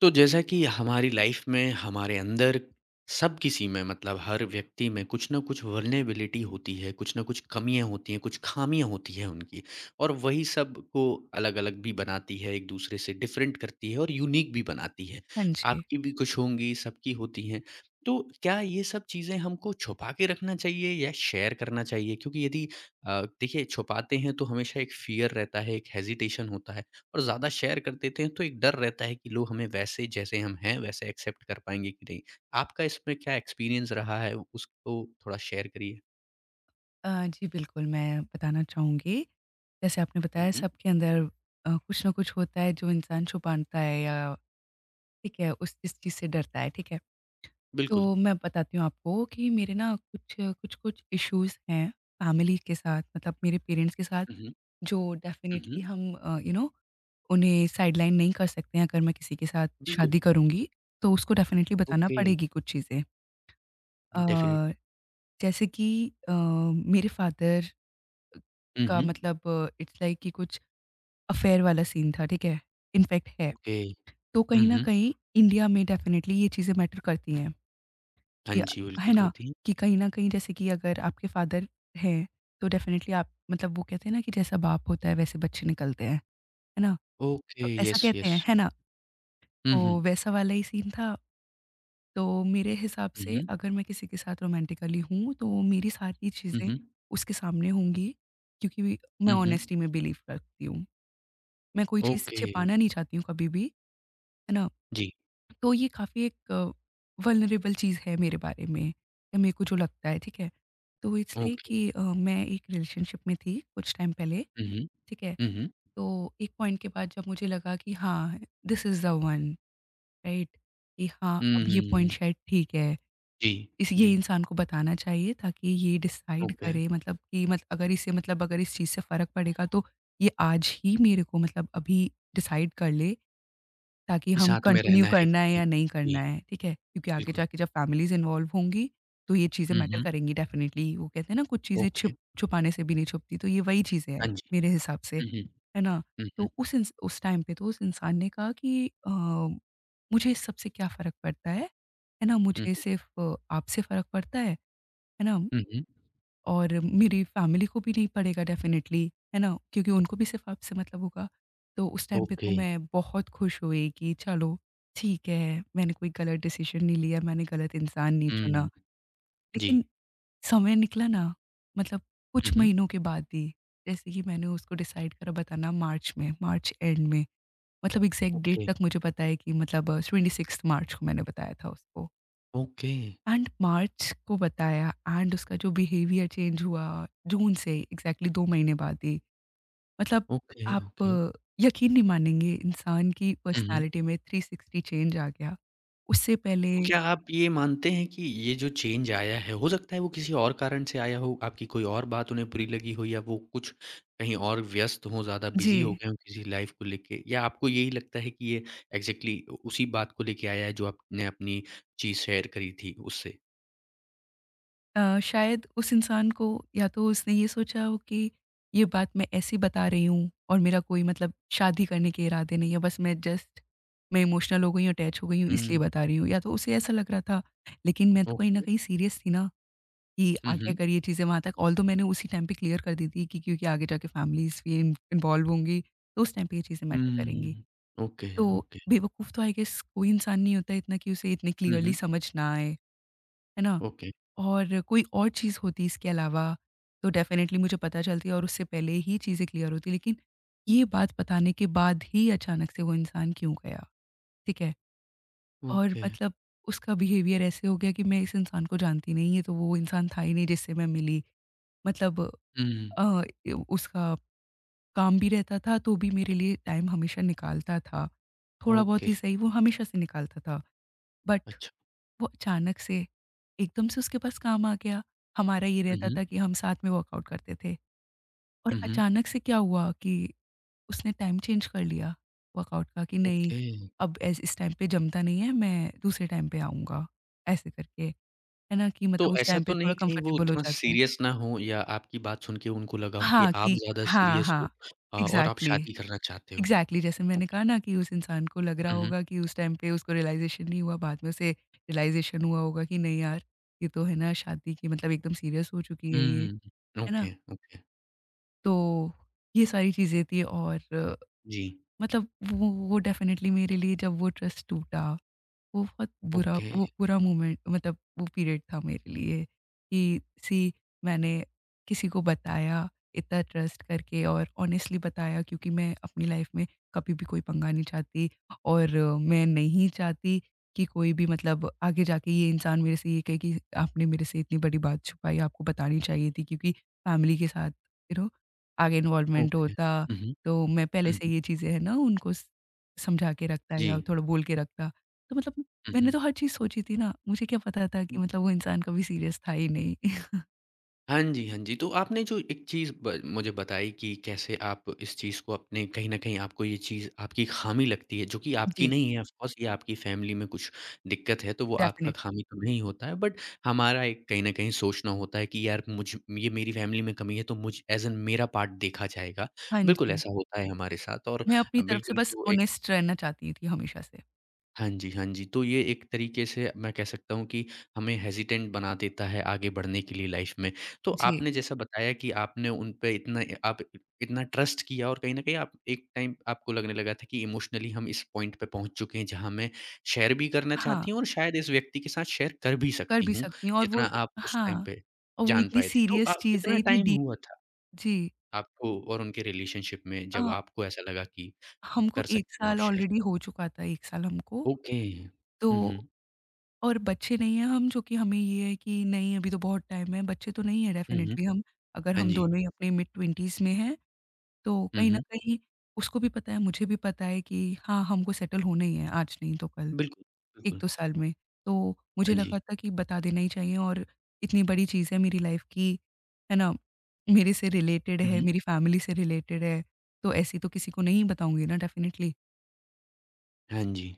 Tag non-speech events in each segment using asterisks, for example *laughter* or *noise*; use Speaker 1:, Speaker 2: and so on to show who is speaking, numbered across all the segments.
Speaker 1: तो जैसा कि हमारी लाइफ में हमारे अंदर सब किसी में मतलब हर व्यक्ति में कुछ ना कुछ वर्नेबिलिटी होती है। कुछ ना कुछ कमियां होती हैं, कुछ खामियां होती हैं उनकी, और वही सब को अलग अलग भी बनाती है, एक दूसरे से डिफरेंट करती है और यूनिक भी बनाती है।
Speaker 2: हाँ जी।
Speaker 1: आपकी भी कुछ होंगी, सबकी होती हैं। तो क्या ये सब चीज़ें हमको छुपा के रखना चाहिए या शेयर करना चाहिए? क्योंकि यदि देखिए, छुपाते हैं तो हमेशा एक फियर रहता है, एक हेजिटेशन होता है और ज़्यादा शेयर कर देते हैं तो एक डर रहता है कि लोग हमें वैसे, जैसे हम हैं वैसे एक्सेप्ट कर पाएँगे कि नहीं। आपका इसमें क्या एक्सपीरियंस रहा है, उसको थोड़ा शेयर करिए?
Speaker 2: जी बिल्कुल, मैं बताना चाहूँगी। जैसे आपने
Speaker 1: हुँ,
Speaker 2: बताया,
Speaker 1: हुँ।
Speaker 2: सबके अंदर कुछ न कुछ होता है जो इंसान छुपाता है या ठीक है, उस इस चीज़ से डरता है, ठीक है? तो
Speaker 1: बिल्कुल।
Speaker 2: मैं बताती हूँ आपको कि मेरे ना कुछ-कुछ इश्यूज़ हैं फैमिली के साथ, मतलब मेरे पेरेंट्स के साथ,
Speaker 1: हुँ, हुँ।
Speaker 2: जो
Speaker 1: हुँ,
Speaker 2: डेफ़िनेटली
Speaker 1: हुँ।
Speaker 2: हम उन्हें साइडलाइन नहीं कर सकते हैं। अगर मैं किसी के साथ
Speaker 1: बिल्कुल।
Speaker 2: शादी करूँगी, तो उसको डेफ़िनेटली बताना
Speaker 1: ओके।
Speaker 2: पड़ेगी कुछ चीज़ें। Uh,
Speaker 1: definitely.
Speaker 2: जैसे कि मेरे फादर
Speaker 1: हुँ,
Speaker 2: का
Speaker 1: हुँ।
Speaker 2: मतलब इट्स लाइक कि कुछ अफेयर वाला सीन था, ठीक है? इनफैक्ट है।
Speaker 1: ओके।
Speaker 2: तो कहीं
Speaker 1: हुँ,
Speaker 2: न
Speaker 1: हुँ।
Speaker 2: कहीं इंडिया में डेफ़िनेटली ये चीज़ें मैटर करती हैं,
Speaker 1: हाँ
Speaker 2: कि
Speaker 1: जी, बिल्कुल
Speaker 2: है ना?
Speaker 1: करती हैं।
Speaker 2: कि कहीं न कहीं जैसे कि अगर आपके फ़ादर हैं, तो डेफ़िनेटली आप, मतलब वो कहते हैं ना कि जैसा बाप होता है वैसे बच्चे निकलते हैं, है ना?
Speaker 1: ओके।
Speaker 2: तो ऐसा
Speaker 1: यस,
Speaker 2: कहते हैं,
Speaker 1: यस।
Speaker 2: है ना?
Speaker 1: हुँ, हुँ।
Speaker 2: तो वैसा वाला ही सीन था। तो मेरे हिसाब
Speaker 1: हुँ,
Speaker 2: से
Speaker 1: हुँ।
Speaker 2: अगर मैं किसी के साथ रोमांटिकली हूँ, तो मेरी सारी
Speaker 1: हुँ,
Speaker 2: चीज़ें
Speaker 1: हुँ।
Speaker 2: उसके सामने होंगी, क्योंकि मैं
Speaker 1: हुँ, हुँ।
Speaker 2: ऑनेस्टी में बिलीव करती हूँ। मैं कोई चीज़
Speaker 1: ओके।
Speaker 2: छिपाना नहीं चाहती हूँ कभी भी, है ना?
Speaker 1: जी।
Speaker 2: तो ये काफ़ी एक वल्नरेबल चीज़ है मेरे बारे में, या मेरे को जो लगता है, ठीक है? तो इसलिए
Speaker 1: ओके।
Speaker 2: कि मैं एक रिलेशनशिप में थी कुछ टाइम पहले,
Speaker 1: हुँ, हुँ।
Speaker 2: ठीक है?
Speaker 1: हुँ, हुँ।
Speaker 2: तो एक पॉइंट के बाद जब मुझे लगा कि हाँ, this is the one, right? कि हाँ,
Speaker 1: हुँ,
Speaker 2: अब ये
Speaker 1: हुँ,
Speaker 2: पॉइंट
Speaker 1: हुँ।
Speaker 2: शायद ठीक है,
Speaker 1: जी,
Speaker 2: इस ये
Speaker 1: जी।
Speaker 2: इंसान को बताना चाहिए ताकि ये डिसाइड
Speaker 1: ओके।
Speaker 2: करे, मतलब कि मत अगर इसे, मतलब अगर इस चीज़ से फ़र्क पड़ेगा, तो ये आज ही मेरे को, मतलब अभी डिसाइड कर ले ताकि
Speaker 1: कि
Speaker 2: हम
Speaker 1: साथ में
Speaker 2: कंटिन्यू
Speaker 1: रहना है कि
Speaker 2: करना है
Speaker 1: नहीं।
Speaker 2: या नहीं
Speaker 1: जी,
Speaker 2: करना है, ठीक है? क्योंकि आगे
Speaker 1: बिल्कुल।
Speaker 2: जाके जब फैमिलीज़ इन्वॉल्व होंगी, तो ये चीज़ें
Speaker 1: हुँ,
Speaker 2: मैटर
Speaker 1: हुँ।
Speaker 2: करेंगी डेफ़िनिटली। वो कहते हैं ना कुछ चीज़ें छिप
Speaker 1: ओके।
Speaker 2: छुपाने से भी नहीं छुपती, तो ये वही चीज़ें हैं
Speaker 1: हाँ जी।
Speaker 2: मेरे हिसाब से,
Speaker 1: हुँ, हुँ।
Speaker 2: है ना?
Speaker 1: हुँ, हुँ।
Speaker 2: तो उस टाइम पे तो उस इंसान ने कहा कि मुझे इस सब से क्या फ़र्क पड़ता है ना?
Speaker 1: हुँ,
Speaker 2: मुझे
Speaker 1: हुँ।
Speaker 2: सिर्फ़ आपसे फ़र्क पड़ता है ना?
Speaker 1: हुँ, हुँ।
Speaker 2: और मेरी फैमिली को भी नहीं पड़ेगा डेफ़िनेटली, है ना? क्योंकि उनको भी सिर्फ़ आपसे मतलब होगा। तो उस टाइम पे तो
Speaker 1: ओके।
Speaker 2: मैं बहुत खुश हुई कि चलो ठीक है, मैंने कोई गलत डिसीज़न नहीं लिया, मैंने गलत इंसान नहीं चुना।
Speaker 1: हुँ। जी।
Speaker 2: लेकिन समय निकला ना, मतलब
Speaker 1: हुँ,
Speaker 2: कुछ
Speaker 1: हुँ।
Speaker 2: महीनों के बाद ही, जैसे कि मैंने उसको डिसाइड करा बताना मार्च में, मार्च एंड में। मतलब एग्ज़ैक्ट डेट
Speaker 1: ओके,
Speaker 2: तक मुझे पता है कि मतलब 26th मार्च को मैंने बताया था उसको।
Speaker 1: ओके,
Speaker 2: एंड मार्च को बताया, एंड उसका जो बिहेवियर चेंज हुआ जून से, एग्ज़ैक्टली 2 महीने बाद ही। मतलब
Speaker 1: ओके,
Speaker 2: आप
Speaker 1: ओके।
Speaker 2: यकीन नहीं मानेंगे, इंसान की
Speaker 1: हुँ, हुँ।
Speaker 2: पर्सनैलिटी में 360 चेंज आ गया। उससे पहले
Speaker 1: तो क्या आप ये मानते हैं कि ये जो चेंज आया है, हो सकता है वो किसी और कारण से आया हो, आपकी कोई और बात उन्हें बुरी लगी हो या वो कुछ कहीं और व्यस्त हों, ज़्यादा बिज़ी हो
Speaker 2: जी।
Speaker 1: गए हों किसी लाइफ़ को लेके, या आपको यही लगता है कि ये एग्ज़ैक्टली उ उसी बात को लेके आया है जो आपने अपनी चीज़ शेयर करी थी उससे?
Speaker 2: शायद उस इंसान को या तो उसने ये सोचा हो कि ये बात मैं ऐसी बता रही हूँ और मेरा कोई मतलब शादी करने के इरादे नहीं है, बस मैं जस्ट मैं इमोशनल हो गई हूँ, अटैच हो गई हूँ, इसलिए
Speaker 1: हुँ।
Speaker 2: बता रही हूँ, या तो उसे ऐसा लग रहा था, लेकिन मैं तो कहीं न
Speaker 1: ओके।
Speaker 2: कहीं सीरियस थी ना। कि
Speaker 1: हुँ,
Speaker 2: आगे
Speaker 1: हुँ।
Speaker 2: अगर ये चीज़ें वहाँ तक, ऑल्दो मैंने उसी टाइम पे क्लियर कर दी थी कि क्योंकि आगे जाके फैमिलीज़ भी इन इन्वॉल्व होंगी, तो उस टाइम पे ये चीज़ें मैटर करेंगी।
Speaker 1: हुँ, ओके,
Speaker 2: तो
Speaker 1: ओके।
Speaker 2: बेवकूफ़ तो आई गेस कोई इंसान नहीं होता इतना कि उसे इतनी
Speaker 1: हुँ,
Speaker 2: क्लियरली
Speaker 1: हुँ,
Speaker 2: समझ ना आए, है ना?
Speaker 1: ओके,
Speaker 2: और कोई और चीज़ होती इसके अलावा, तो डेफ़िनेटली मुझे पता चलती और उससे पहले ही चीज़ें क्लियर होती, लेकिन ये बात बताने के बाद ही अचानक से वो इंसान क्यों गया, ठीक है? और
Speaker 1: ओके।
Speaker 2: मतलब उसका बिहेवियर ऐसे हो गया कि मैं इस इंसान को जानती नहीं, ये तो वो इंसान था ही नहीं जिससे मैं मिली। मतलब
Speaker 1: हुँ,
Speaker 2: ए उसका काम भी रहता था, तो भी मेरे लिए टाइम हमेशा निकालता था। थोड़ा बहुत
Speaker 1: ओके,
Speaker 2: ही सही, वो हमेशा से निकालता था। बट
Speaker 1: अच्छा।
Speaker 2: वो अचानक से, एकदम से उसके पास काम आ गया। हमारा ये
Speaker 1: हुँ,
Speaker 2: रहता
Speaker 1: हुँ,
Speaker 2: था कि हम साथ में वर्कआउट करते थे, और
Speaker 1: हुँ, हुँ,
Speaker 2: अचानक से क्या हुआ कि उसने टाइम चेंज कर लिया वर्कआउट का कि नहीं,
Speaker 1: ओके।
Speaker 2: अब ऐस इस टाइम पे जमता नहीं है, मैं दूसरे टाइम पे आऊँगा। ऐसे करके, है ना? कि
Speaker 1: तो
Speaker 2: मतलब उस
Speaker 1: ऐसा
Speaker 2: टाइम पे
Speaker 1: तो
Speaker 2: थोड़ा
Speaker 1: नहीं कहीं वो
Speaker 2: कंफर्टेबल हो
Speaker 1: उतना
Speaker 2: जाता है।
Speaker 1: सीरियस ना हों, या आपकी बात सुन के उनको लगा हो कि
Speaker 2: हाँ,
Speaker 1: आप
Speaker 2: कि
Speaker 1: ज़्यादा
Speaker 2: हाँ,
Speaker 1: सीरियस
Speaker 2: हाँ।
Speaker 1: हो और आप
Speaker 2: एग्ज़ैक्टली।
Speaker 1: शादी करना चाहते हो?
Speaker 2: एग्ज़ैक्टली जैसे मैंने
Speaker 1: ओके।
Speaker 2: कहा ना कि उस इंसान को लग रहा
Speaker 1: हुँ, हुँ,
Speaker 2: होगा, कि उस टाइम पे उसको रियलाइज़ेशन नहीं हुआ, बाद में उसे रियलाइज़ेशन हुआ होगा कि नहीं यार, ये तो है ना शादी की, मतलब एकदम सीरियस हो चुकी है ये,
Speaker 1: हुँ, हुँ,
Speaker 2: है ना?
Speaker 1: ओके, ओके,
Speaker 2: तो ये सारी चीज़ें थी और
Speaker 1: जी,
Speaker 2: मतलब वो डेफ़िनेटली मेरे लिए जब वो ट्रस्ट टूटा, वो बहुत बुरा,
Speaker 1: ओके,
Speaker 2: वो बुरा मोमेंट मतलब वो पीरियड था मेरे लिए कि सी मैंने किसी को बताया इतना ट्रस्ट करके और ऑनेस्टली बताया, क्योंकि मैं अपनी लाइफ में कभी भी कोई पंगा नहीं चाहती और मैं नहीं चाहती कि कोई भी, मतलब आगे जाके ये इंसान मेरे से ये कहे कि आपने मेरे से इतनी बड़ी बात छुपाई, आपको बतानी चाहिए थी क्योंकि फैमिली के साथ यू नो आगे इन्वॉल्वमेंट
Speaker 1: ओके।
Speaker 2: होता,
Speaker 1: हुँ, हुँ,
Speaker 2: तो मैं पहले
Speaker 1: हुँ,
Speaker 2: से
Speaker 1: हुँ,
Speaker 2: ये चीज़ें है ना उनको समझा के रखता,
Speaker 1: जी।
Speaker 2: या थोड़ा बोल के रखता। तो मतलब
Speaker 1: हुँ,
Speaker 2: मैंने तो
Speaker 1: हुँ।
Speaker 2: हर चीज़ सोची थी ना, मुझे क्या पता था कि मतलब वो इंसान कभी सीरियस था ही नहीं। *laughs*
Speaker 1: हाँ जी, हाँ जी। तो आपने जो एक चीज़ ब मुझे बताई कि कैसे आप इस चीज़ को अपने, कहीं न कहीं आपको ये चीज़ आपकी ख़ामी लगती है, जो कि आपकी
Speaker 2: जी,
Speaker 1: नहीं है। ऑफ़ कोर्स, ये आपकी फ़ैमिली में कुछ दिक्कत है, तो वो आपका
Speaker 2: डेफ़िनेटली।
Speaker 1: ख़ामी तो नहीं होता है, बट हमारा एक कहीं न कहीं सोचना होता है कि यार, मुझ ये मेरी फ़ैमिली में कमी है तो मुझ एज़ एन मेरा पार्ट देखा जाएगा।
Speaker 2: हाँ
Speaker 1: बिल्कुल
Speaker 2: जी,
Speaker 1: ऐसा होता है हमारे साथ, और
Speaker 2: मैं अपनी तरफ से
Speaker 1: बिल्कुल
Speaker 2: बस
Speaker 1: जो एक,
Speaker 2: ऑनेस्ट रहना चाहती थी हमेशा से।
Speaker 1: हाँ जी, हाँ जी। तो ये एक तरीके से मैं कह सकता हूँ कि हमें हेज़िटेंट बना देता है आगे बढ़ने के लिए लाइफ़ में। तो
Speaker 2: जी,
Speaker 1: आपने जैसा बताया कि आपने उन पे इतना, आप इतना ट्रस्ट किया, और कहीं न कहीं आप एक टाइम, आपको लगने लगा था कि इमोशनली हम इस पॉइंट पे पहुँच चुके हैं जहाँ मैं शेयर भी करना
Speaker 2: हाँ,
Speaker 1: चाहती हूँ और शायद इस व्यक्ति के साथ शेयर कर भी
Speaker 2: कर
Speaker 1: सकती
Speaker 2: भी
Speaker 1: हूँ,
Speaker 2: सकती हूँ और वो
Speaker 1: जितना आप उस टाइम
Speaker 2: हाँ,
Speaker 1: पे
Speaker 2: और वो
Speaker 1: जान
Speaker 2: इतनी
Speaker 1: पाए थे। तो
Speaker 2: सीरियस
Speaker 1: आप
Speaker 2: चीज़ है,
Speaker 1: कितना
Speaker 2: इतनी
Speaker 1: टाइम
Speaker 2: डीप।
Speaker 1: हुआ था
Speaker 2: जी।
Speaker 1: आपको और उनके रिलेशनशिप में
Speaker 2: अ,
Speaker 1: जब आपको ऐसा लगा कि
Speaker 2: हमको
Speaker 1: कर
Speaker 2: 1
Speaker 1: सकती हूँ, आप
Speaker 2: साल
Speaker 1: शेयर?
Speaker 2: ऑलरेडी हो चुका था, 1 साल हमको,
Speaker 1: ओके।
Speaker 2: तो।
Speaker 1: हुँ, हुँ।
Speaker 2: और बच्चे नहीं हैं हम, जो कि हमें ये है कि नहीं, अभी तो बहुत टाइम है, बच्चे तो नहीं हैं
Speaker 1: हुँ, हुँ।
Speaker 2: डेफ़िनेटली, हम अगर
Speaker 1: हाँ
Speaker 2: हम
Speaker 1: जी।
Speaker 2: दोनों ही अपने मिड-20s में हैं। तो
Speaker 1: हुँ,
Speaker 2: कहीं न
Speaker 1: हुँ।
Speaker 2: कहीं उसको भी पता है, मुझे भी पता है कि हाँ, हमको सेटल होना ही है आज नहीं तो कल,
Speaker 1: बिल्कुल, बिल्कुल।
Speaker 2: 1-2 साल में। तो मुझे
Speaker 1: हाँ जी।
Speaker 2: लगा था कि बता देना ही चाहिए, और इतनी बड़ी चीज़ है मेरी लाइफ़ की, है ना? मेरे से रिलेटेड
Speaker 1: हुँ,
Speaker 2: है,
Speaker 1: हुँ।
Speaker 2: मेरी फैमिली से रिलेटेड है, तो ऐसी तो किसी को नहीं बताऊँगी ना डेफ़िनेटली।
Speaker 1: हाँ जी।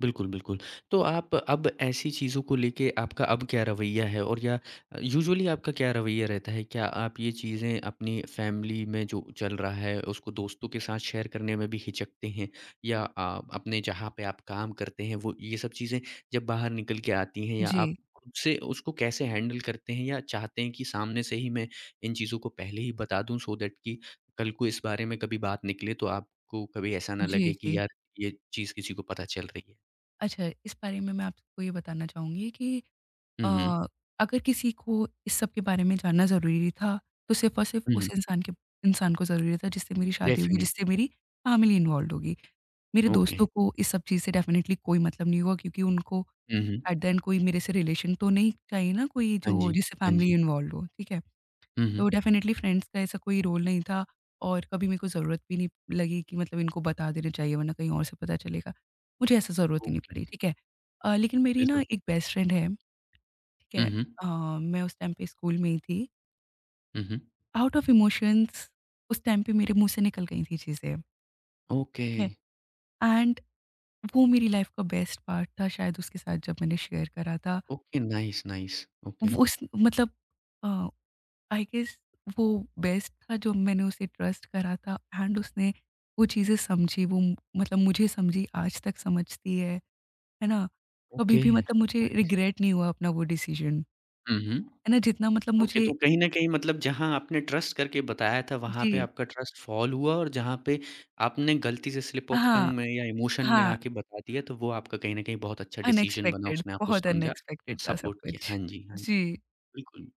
Speaker 1: बिल्कुल, बिल्कुल। तो आप अब ऐसी चीज़ों को लेके आपका अब क्या रवैया है, और या यूजुअली आपका क्या रवैया रहता है? क्या आप ये चीज़ें, अपनी फैमिली में जो चल रहा है, उसको दोस्तों के साथ शेयर करने में भी हिचकते हैं? या अपने जहाँ पे आप काम करते हैं, वो ये सब चीज़ें जब बाहर निकल के आती हैं, या
Speaker 2: जी।
Speaker 1: आप खुद से उसको कैसे हैंडल करते हैं, या चाहते हैं कि सामने से ही मैं इन चीज़ों को पहले ही बता दूँ, सो दैट कि कल को इस बारे में कभी बात निकले तो आपको कभी ऐसा ना
Speaker 2: जी,
Speaker 1: लगे
Speaker 2: जी।
Speaker 1: कि यार, ये चीज़ किसी को पता चल रही है?
Speaker 2: अच्छा, इस बारे में मैं आपको ये बताना चाहूँगी कि
Speaker 1: हुँ, हुँ।
Speaker 2: अ, अगर किसी को इस सब के बारे में जानना ज़रूरी था, तो सिर्फ़ और सिर्फ़
Speaker 1: हुँ,
Speaker 2: उस
Speaker 1: हुँ।
Speaker 2: इंसान के इंसान को ज़रूरी था जिससे मेरी शादी होगी, जिससे
Speaker 1: डेफ़िनिटली।
Speaker 2: मेरी फैमिली इन्वॉल्वड होगी। मेरे
Speaker 1: ओके।
Speaker 2: दोस्तों को इस सब चीज़ से डेफ़िनेटली कोई मतलब नहीं हुआ क्योंकि उनको
Speaker 1: हुँ, हुँ।
Speaker 2: एट द एंड कोई मेरे से रिलेशन तो नहीं चाहिए ना, कोई
Speaker 1: हाँ
Speaker 2: जो
Speaker 1: जी,
Speaker 2: जिससे
Speaker 1: हाँ
Speaker 2: फैमिली
Speaker 1: जी।
Speaker 2: इन्वॉल्वड हो, ठीक है?
Speaker 1: हुँ,
Speaker 2: तो
Speaker 1: हुँ।
Speaker 2: डेफ़िनेटली फ्रेंड्स का ऐसा कोई रोल नहीं था और कभी मेरे को ज़रूरत भी नहीं लगी कि मतलब इनको बता देना चाहिए वरना कहीं और से पता चलेगा। मुझे ऐसा ज़रूरत ही नहीं
Speaker 1: ओके,
Speaker 2: पड़ी, ठीक है? लेकिन मेरी ना
Speaker 1: बिल्कुल।
Speaker 2: एक बेस्ट फ्रेंड है, ठीक
Speaker 1: हुँ,
Speaker 2: है।
Speaker 1: हुँ।
Speaker 2: अ, मैं उस टाइम पे स्कूल में ही थी।
Speaker 1: हुँ, हुँ।
Speaker 2: आउट ऑफ इमोशंस उस टाइम पे मेरे मुँह से निकल गई थी चीज़ें,
Speaker 1: ओके,
Speaker 2: ठीक है? एंड वो मेरी लाइफ़ का बेस्ट पार्ट था शायद, उसके साथ जब मैंने शेयर करा था।
Speaker 1: Okay, nice, nice. ओके,
Speaker 2: वो उस, मतलब अ, आई गेस वो बेस्ट था जो मैंने उसे ट्रस्ट करा था, एंड उसने वो चीज़ें समझी, वो मतलब मुझे समझी, आज तक समझती है ना? कभी
Speaker 1: ओके,
Speaker 2: भी, मतलब मुझे
Speaker 1: नाइस।
Speaker 2: रिग्रेट नहीं हुआ अपना वो डिसीज़न,
Speaker 1: हुँ, हुँ।
Speaker 2: है ना? जितना मतलब
Speaker 1: ओके,
Speaker 2: मुझे।
Speaker 1: तो कहीं न कहीं मतलब जहाँ आपने ट्रस्ट करके बताया था, वहाँ
Speaker 2: जी।
Speaker 1: पे आपका ट्रस्ट फ़ॉल हुआ, और जहाँ पे आपने गलती से स्लिप ऑफ
Speaker 2: हाँ,
Speaker 1: टंग में या इमोशन में
Speaker 2: हाँ।
Speaker 1: आके बता दिया, तो वो आपका कहीं न कहीं बहुत अच्छा डिसीज़न बना,
Speaker 2: अनएक्सपेक्टेड,
Speaker 1: उसने आपको
Speaker 2: बहुत
Speaker 1: समझा,
Speaker 2: अनएक्सपेक्टेड था सब
Speaker 1: सपोर्ट किया।
Speaker 2: कुछ।
Speaker 1: हाँ जी, हाँ जी।
Speaker 2: जी,
Speaker 1: बिल्कुल।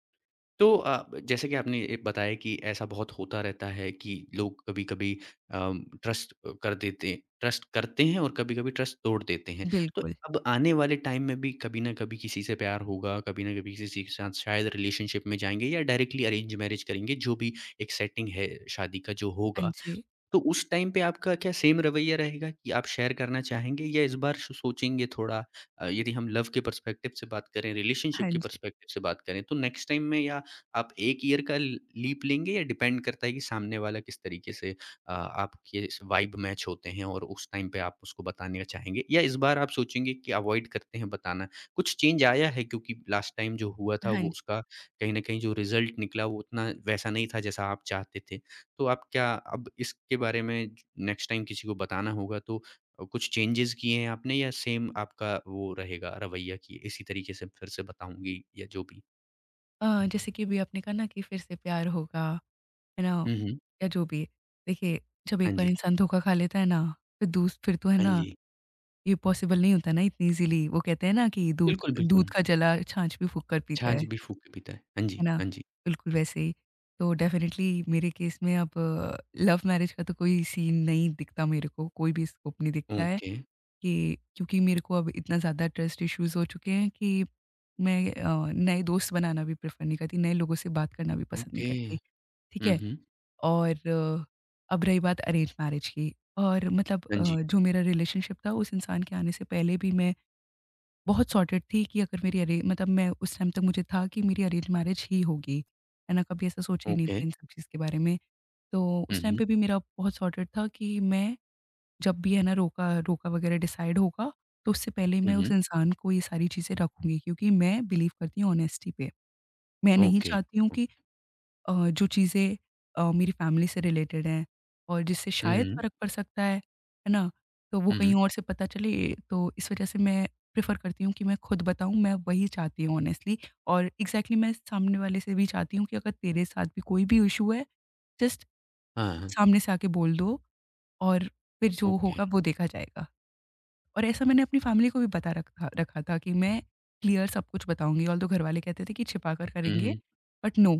Speaker 1: तो जैसे कि आपने ये बताया कि ऐसा बहुत होता रहता है कि लोग कभी-कभी ट्रस्ट कर देते ट्रस्ट करते हैं और कभी-कभी ट्रस्ट तोड़ देते हैं। तो
Speaker 2: बिल्कुल।
Speaker 1: अब आने वाले टाइम में भी कभी न कभी किसी से प्यार होगा, कभी न कभी किसी के साथ शायद रिलेशनशिप में जाएँगे या डायरेक्टली अरेंज मैरेज करेंगे, जो भी एक सेटिंग है शादी का जो
Speaker 2: हाँ
Speaker 1: होगा।
Speaker 2: जी,
Speaker 1: तो उस टाइम पे आपका क्या सेम रवैया रहेगा कि आप शेयर करना चाहेंगे, या इस बार श सोचेंगे थोड़ा? यदि हम लव के पर्सपेक्टिव से बात करें, रिलेशनशिप
Speaker 2: हाँ
Speaker 1: के
Speaker 2: जी,
Speaker 1: पर्सपेक्टिव से बात करें, तो नेक्स्ट टाइम में, या आप एक ईयर का ल लीप लेंगे, या डिपेंड करता है कि सामने वाला किस तरीके से आपके स वाइब मैच होते हैं और उस टाइम पे आप उसको बताने का चाहेंगे? या इस बार आप सोचेंगे कि अवॉइड करते हैं बताना? कुछ चेंज आया है क्योंकि लास्ट टाइम जो हुआ था
Speaker 2: हाँ
Speaker 1: वो
Speaker 2: जी।
Speaker 1: उसका कहीं न कहीं जो रिज़ल्ट निकला वो उतना वैसा नहीं था जैसा आप चाहते थे। तो आप क्या अब इसके बारे में, नेक्स्ट टाइम किसी को बताना होगा तो कुछ चेंजेज़ किए हैं आपने, या सेम आपका वो रहेगा रवैया कि इसी तरीके से फिर से बताऊँगी, या जो भी?
Speaker 2: अ, जैसे कि अभी आपने कहा ना कि फिर से प्यार होगा, है ना?
Speaker 1: हुँ, हुँ।
Speaker 2: या जो भी। देखिए, जब एक
Speaker 1: हाँ
Speaker 2: बार
Speaker 1: जी,
Speaker 2: इंसान धोखा खा लेता है ना, फिर दूस फिर तो है
Speaker 1: हाँ
Speaker 2: ना,
Speaker 1: जी।
Speaker 2: ये पॉसिबल नहीं होता ना इतनी ईज़िली। वो कहते हैं ना कि दूध
Speaker 1: बिल्कुल,
Speaker 2: दूध
Speaker 1: बिल्कुल।
Speaker 2: का जला छाछ भी फूँक कर पीता
Speaker 1: छाछ भी फूँक के पीता है। हाँ
Speaker 2: है
Speaker 1: जी,
Speaker 2: ना?
Speaker 1: हाँ जी।
Speaker 2: बिल्कुल वैसे ही। तो डेफ़िनेटली मेरे केस में अब लव मैरिज का तो कोई सीन नहीं दिखता मेरे को, कोई भी स्कोप नहीं दिखता है।
Speaker 1: ओके,
Speaker 2: कि क्योंकि मेरे को अब इतना ज़्यादा ट्रस्ट इश्यूज़ हो चुके हैं कि मैं नए दोस्त बनाना भी प्रेफ़र नहीं करती, नए लोगों से बात करना भी पसंद नहीं
Speaker 1: ओके।
Speaker 2: करती, ठीक
Speaker 1: हुँ,
Speaker 2: है?
Speaker 1: हुँ।
Speaker 2: और अब रही बात अरेंज मैरिज की, और मतलब
Speaker 1: हाँ जी,
Speaker 2: जो मेरा रिलेशनशिप था उस इंसान के आने से पहले भी, मैं बहुत सॉर्टेड थी कि अगर मेरी अरे मतलब मैं उस टाइम तक मुझे था कि मेरी अरेंज मैरिज ही होगी, है ना? कभी ऐसा सोचा ही नहीं था
Speaker 1: ओके।
Speaker 2: इन सब चीज़ के बारे में। तो
Speaker 1: हुँ,
Speaker 2: उस टाइम
Speaker 1: हुँ।
Speaker 2: पे भी मेरा बहुत सॉर्टेड था कि मैं जब भी है ना, रोका रोका वगैरह डिसाइड होगा, तो उससे पहले
Speaker 1: हुँ,
Speaker 2: मैं उस
Speaker 1: हुँ।
Speaker 2: इंसान को ये सारी चीज़ें रखूँगी, क्योंकि मैं बिलीव करती हूँ ऑनेस्टी पे। मैं नहीं
Speaker 1: ओके,
Speaker 2: चाहती हूँ
Speaker 1: ओ
Speaker 2: कि जो चीज़ें मेरी फैमिली से रिलेटेड हैं और जिससे
Speaker 1: हुँ,
Speaker 2: शायद
Speaker 1: हुँ।
Speaker 2: फ़र्क पड़ सकता है ना? तो वो
Speaker 1: हुँ,
Speaker 2: कहीं
Speaker 1: हुँ।
Speaker 2: और से पता चले, तो इस वज़ह से मैं प्रेफ़र करती हूँ कि मैं खुद बताऊँ, मैं वही चाहती हूँ ऑनेस्टली, और एग्ज़ैक्टली मैं सामने वाले से भी चाहती हूँ कि अगर तेरे साथ भी कोई भी इश्यू है, जस्ट
Speaker 1: हाँ, हाँ।
Speaker 2: सामने से आके बोल दो, और फिर जो
Speaker 1: ओके।
Speaker 2: होगा वो देखा जाएगा। और ऐसा मैंने अपनी फैमिली को भी बता रखा रखा था कि मैं क्लियर सब कुछ बताऊँगी, ऑल्दो घरवाले कहते थे कि छिपा कर
Speaker 1: हुँ,
Speaker 2: करेंगे,
Speaker 1: हुँ।
Speaker 2: But no,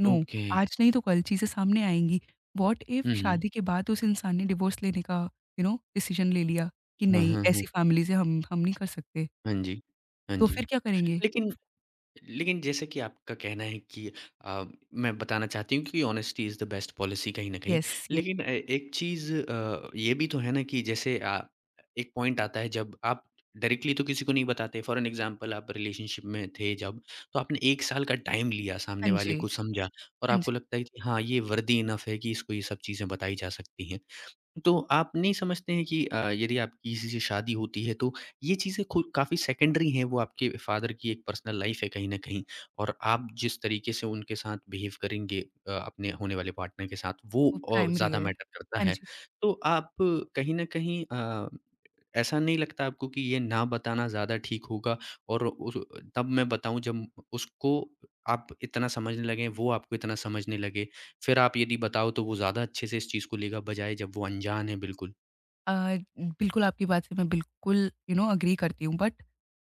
Speaker 2: no,
Speaker 1: okay.
Speaker 2: आज नहीं तो कल चीज़ें सामने आएँगी। व्हाट इफ
Speaker 1: हुँ, हुँ।
Speaker 2: शादी के बाद उस इंसान ने डिवोर्स लेने का डिसीजन ले लिया कि
Speaker 1: हाँ,
Speaker 2: नहीं,
Speaker 1: हाँ, हाँ।
Speaker 2: ऐसी फैमिली से हम नहीं कर सकते,
Speaker 1: हाँ जी, हाँ
Speaker 2: तो फिर
Speaker 1: जी।
Speaker 2: क्या करेंगे?
Speaker 1: लेकिन, जैसे कि आपका कहना है कि अ, मैं बताना चाहती हूँ कि honesty is the best policy कहीं न कहीं।
Speaker 2: Yes, yes.
Speaker 1: लेकिन एक चीज़ ये भी तो है ना कि जैसे, एक पॉइंट आता है जब आप डायरेक्टली तो किसी को नहीं बताते। फॉर एन एग्ज़ाम्पल, आप रिलेशनशिप में थे जब, तो आपने एक साल का टाइम लिया,
Speaker 2: हाँ
Speaker 1: सामने
Speaker 2: जी,
Speaker 1: वाले को समझा और
Speaker 2: हाँ जी,
Speaker 1: आपको लगता है कि हाँ, ये वर्दी इनफ है कि इसको ये सब चीज़ें बताई जा सकती हैं। तो आप नहीं समझते हैं कि यदि आपकी किसी से शादी होती है तो ये चीज़ें खुद काफ़ी सेकेंडरी हैं, वो आपके फ़ादर की एक पर्सनल लाइफ़ है कहीं न कहीं, और आप जिस तरीके से उनके साथ बिहेव करेंगे अपने होने वाले पार्टनर के साथ, वो
Speaker 2: वो प्राइमरी
Speaker 1: ज़्यादा
Speaker 2: है।
Speaker 1: मैटर करता
Speaker 2: हाँ
Speaker 1: है।
Speaker 2: जी।
Speaker 1: तो आप कहीं न कहीं, ऐसा नहीं लगता आपको कि ये ना बताना ज़्यादा ठीक होगा, और उस तब मैं बताऊँ जब उसको आप इतना समझने लगें, वो आपको इतना समझने लगे, फिर आप यदि बताओ तो वो ज़्यादा अच्छे से इस चीज़ को लेगा, बजाए जब वो अनजान है बिल्कुल।
Speaker 2: अ, बिल्कुल आपकी बात से मैं बिल्कुल एग्री करती हूँ बट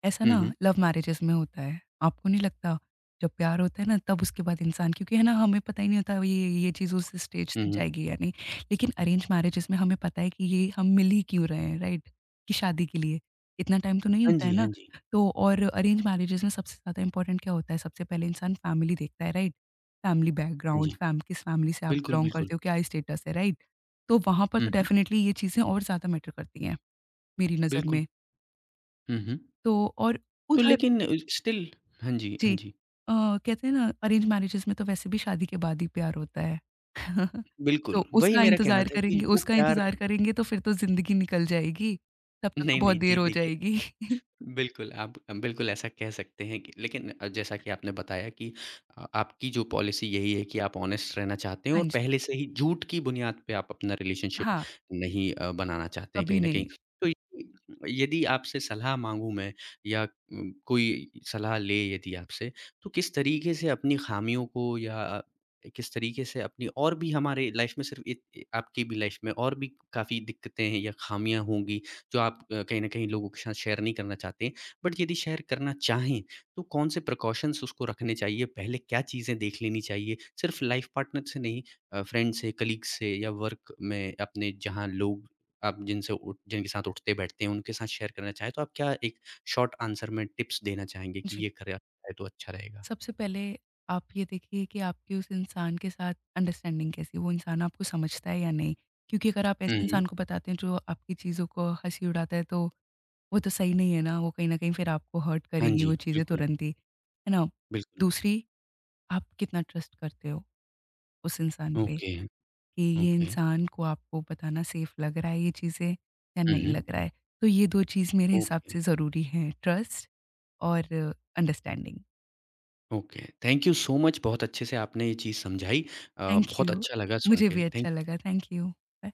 Speaker 2: ऐसा
Speaker 1: हुँ,
Speaker 2: ना
Speaker 1: हुँ।
Speaker 2: लव मैरिजेस में होता है। आपको नहीं लगता? जब प्यार होता है ना तब उसके बाद इंसान, क्योंकि है ना हमें पता ही नहीं होता ये चीज़ उस स्टेज
Speaker 1: हुँ,
Speaker 2: तक
Speaker 1: हुँ।
Speaker 2: जाएगी या नहीं। लेकिन अरेंज मैरिजेस में हमें पता है कि ये हम मिल ही क्यों रहे हैं, राइट? कि शादी के लिए। इतना टाइम तो नहीं
Speaker 1: हाँ
Speaker 2: होता है
Speaker 1: जी, हाँ
Speaker 2: ना।
Speaker 1: जी।
Speaker 2: तो और अरेंज मैरिजेस में सबसे ज़्यादा इम्पोर्टेंट क्या होता है? सबसे पहले इंसान फैमिली देखता है, राइट? फैमिली
Speaker 1: हाँ
Speaker 2: बैकग्राउंड,
Speaker 1: जी।
Speaker 2: फैम किस फैमिली से आप
Speaker 1: बिल्कुल,
Speaker 2: बिलॉन्ग करते
Speaker 1: बिल्कुल।
Speaker 2: हो, क्या स्टेटस है, राइट? तो वहाँ पर तो
Speaker 1: हुँ, हुँ।
Speaker 2: डेफ़िनेटली ये चीज़ें और ज़्यादा मैटर करती हैं, मेरी नज़र
Speaker 1: बिल्कुल।
Speaker 2: में।
Speaker 1: हुँ, हुँ।
Speaker 2: तो और
Speaker 1: तो
Speaker 2: उधर
Speaker 1: लेकिन स्टिल, हाँ जी,
Speaker 2: जी।
Speaker 1: हाँ जी।
Speaker 2: कहते हैं ना अरेंज मैरेजेज़ में तो वैसे भी शादी के बाद ही प्यार होता है। *laughs* तो
Speaker 1: बिल्कुल, वही
Speaker 2: उसका
Speaker 1: मेरा कहना
Speaker 2: इंतज़ार
Speaker 1: था कि
Speaker 2: करेंगे,
Speaker 1: वो
Speaker 2: उसका
Speaker 1: प्यार
Speaker 2: इंतज़ार
Speaker 1: *laughs*
Speaker 2: करेंगे तो फिर तो ज़िंदगी निकल जाएगी, तब तक तो
Speaker 1: नहीं,
Speaker 2: बहुत
Speaker 1: नहीं
Speaker 2: देर
Speaker 1: जी,
Speaker 2: हो
Speaker 1: देखिए,
Speaker 2: जाएगी। *laughs*
Speaker 1: बिल्कुल, आप बिल्कुल ऐसा कह सकते हैं कि लेकिन जैसा कि आपने बताया कि आपकी जो पॉलिसी यही है कि आप ऑनेस्ट रहना चाहते हैं
Speaker 2: हाँ
Speaker 1: और
Speaker 2: जी।
Speaker 1: पहले से ही झूठ की बुनियाद पे आप अपना रिलेशनशिप
Speaker 2: हाँ,
Speaker 1: नहीं बनाना चाहते हैं
Speaker 2: कभी
Speaker 1: कहीं न
Speaker 2: नहीं।
Speaker 1: कहीं। तो ये- यदि आपसे सलाह माँगूँ मैं, या कोई सलाह ले यदि आपसे, तो किस तरीके से अपनी ख़ामियों को, या किस तरीके से अपनी और भी हमारे लाइफ़ में, सिर्फ़ इत आपकी भी लाइफ़ में और भी काफ़ी दिक्कतें हैं या ख़ामियाँ होंगी जो आप कहीं न कहीं लोगों के साथ शेयर नहीं करना चाहते। बट यदि शेयर करना चाहें, तो कौन-से प्रिकॉशंस उसको रखने चाहिए? पहले क्या चीज़ें देख लेनी चाहिए? सिर्फ़ लाइफ़ पार्टनर से नहीं, फ्रेंड से, कलीग से, या वर्क में अपने जहाँ लोग आप जिनसे उठ जिनके साथ उठते-बैठते हैं, उनके साथ शेयर करना चाहें, तो आप क्या एक शॉर्ट आंसर में टिप्स देना चाहेंगे कि
Speaker 2: जी।
Speaker 1: ये करा जाए तो अच्छा रहेगा?
Speaker 2: सबसे पहले आप ये देखिए कि आपकी उस इंसान के साथ अंडरस्टैंडिंग कैसी है, वो इंसान आपको समझता है या नहीं? क्योंकि अगर आप
Speaker 1: हुँ,
Speaker 2: ऐसे
Speaker 1: हुँ।
Speaker 2: इंसान को बताते हैं जो आपकी चीज़ों को हँसी उड़ाता है, तो वो तो सही नहीं है ना, वो कहीं न कहीं फिर आपको हर्ट
Speaker 1: हाँ
Speaker 2: करेगी
Speaker 1: जी,
Speaker 2: वो चीज़ें
Speaker 1: बिल्कुल,
Speaker 2: तुरंत ही, है ना?
Speaker 1: बिल्कुल।
Speaker 2: दूसरी, आप कितना ट्रस्ट करते हो उस इंसान पे,
Speaker 1: ओके,
Speaker 2: कि ये
Speaker 1: ओके।
Speaker 2: इंसान को आपको बताना सेफ लग रहा है ये चीज़ें या
Speaker 1: हुँ,
Speaker 2: नहीं
Speaker 1: हुँ।
Speaker 2: लग रहा है? तो ये 2 चीज़ मेरे हिसाब
Speaker 1: ओके।
Speaker 2: से ज़रूरी हैं, ट्रस्ट और understanding.
Speaker 1: Okay, thank you so much, बहुत अच्छे से आपने ये चीज़ समझाई। अ,
Speaker 2: थैंक
Speaker 1: बहुत
Speaker 2: यू।
Speaker 1: अच्छा लगा सुन
Speaker 2: मुझे
Speaker 1: के।
Speaker 2: भी अच्छा
Speaker 1: थैंक
Speaker 2: लगा, थैंक यू। बाय।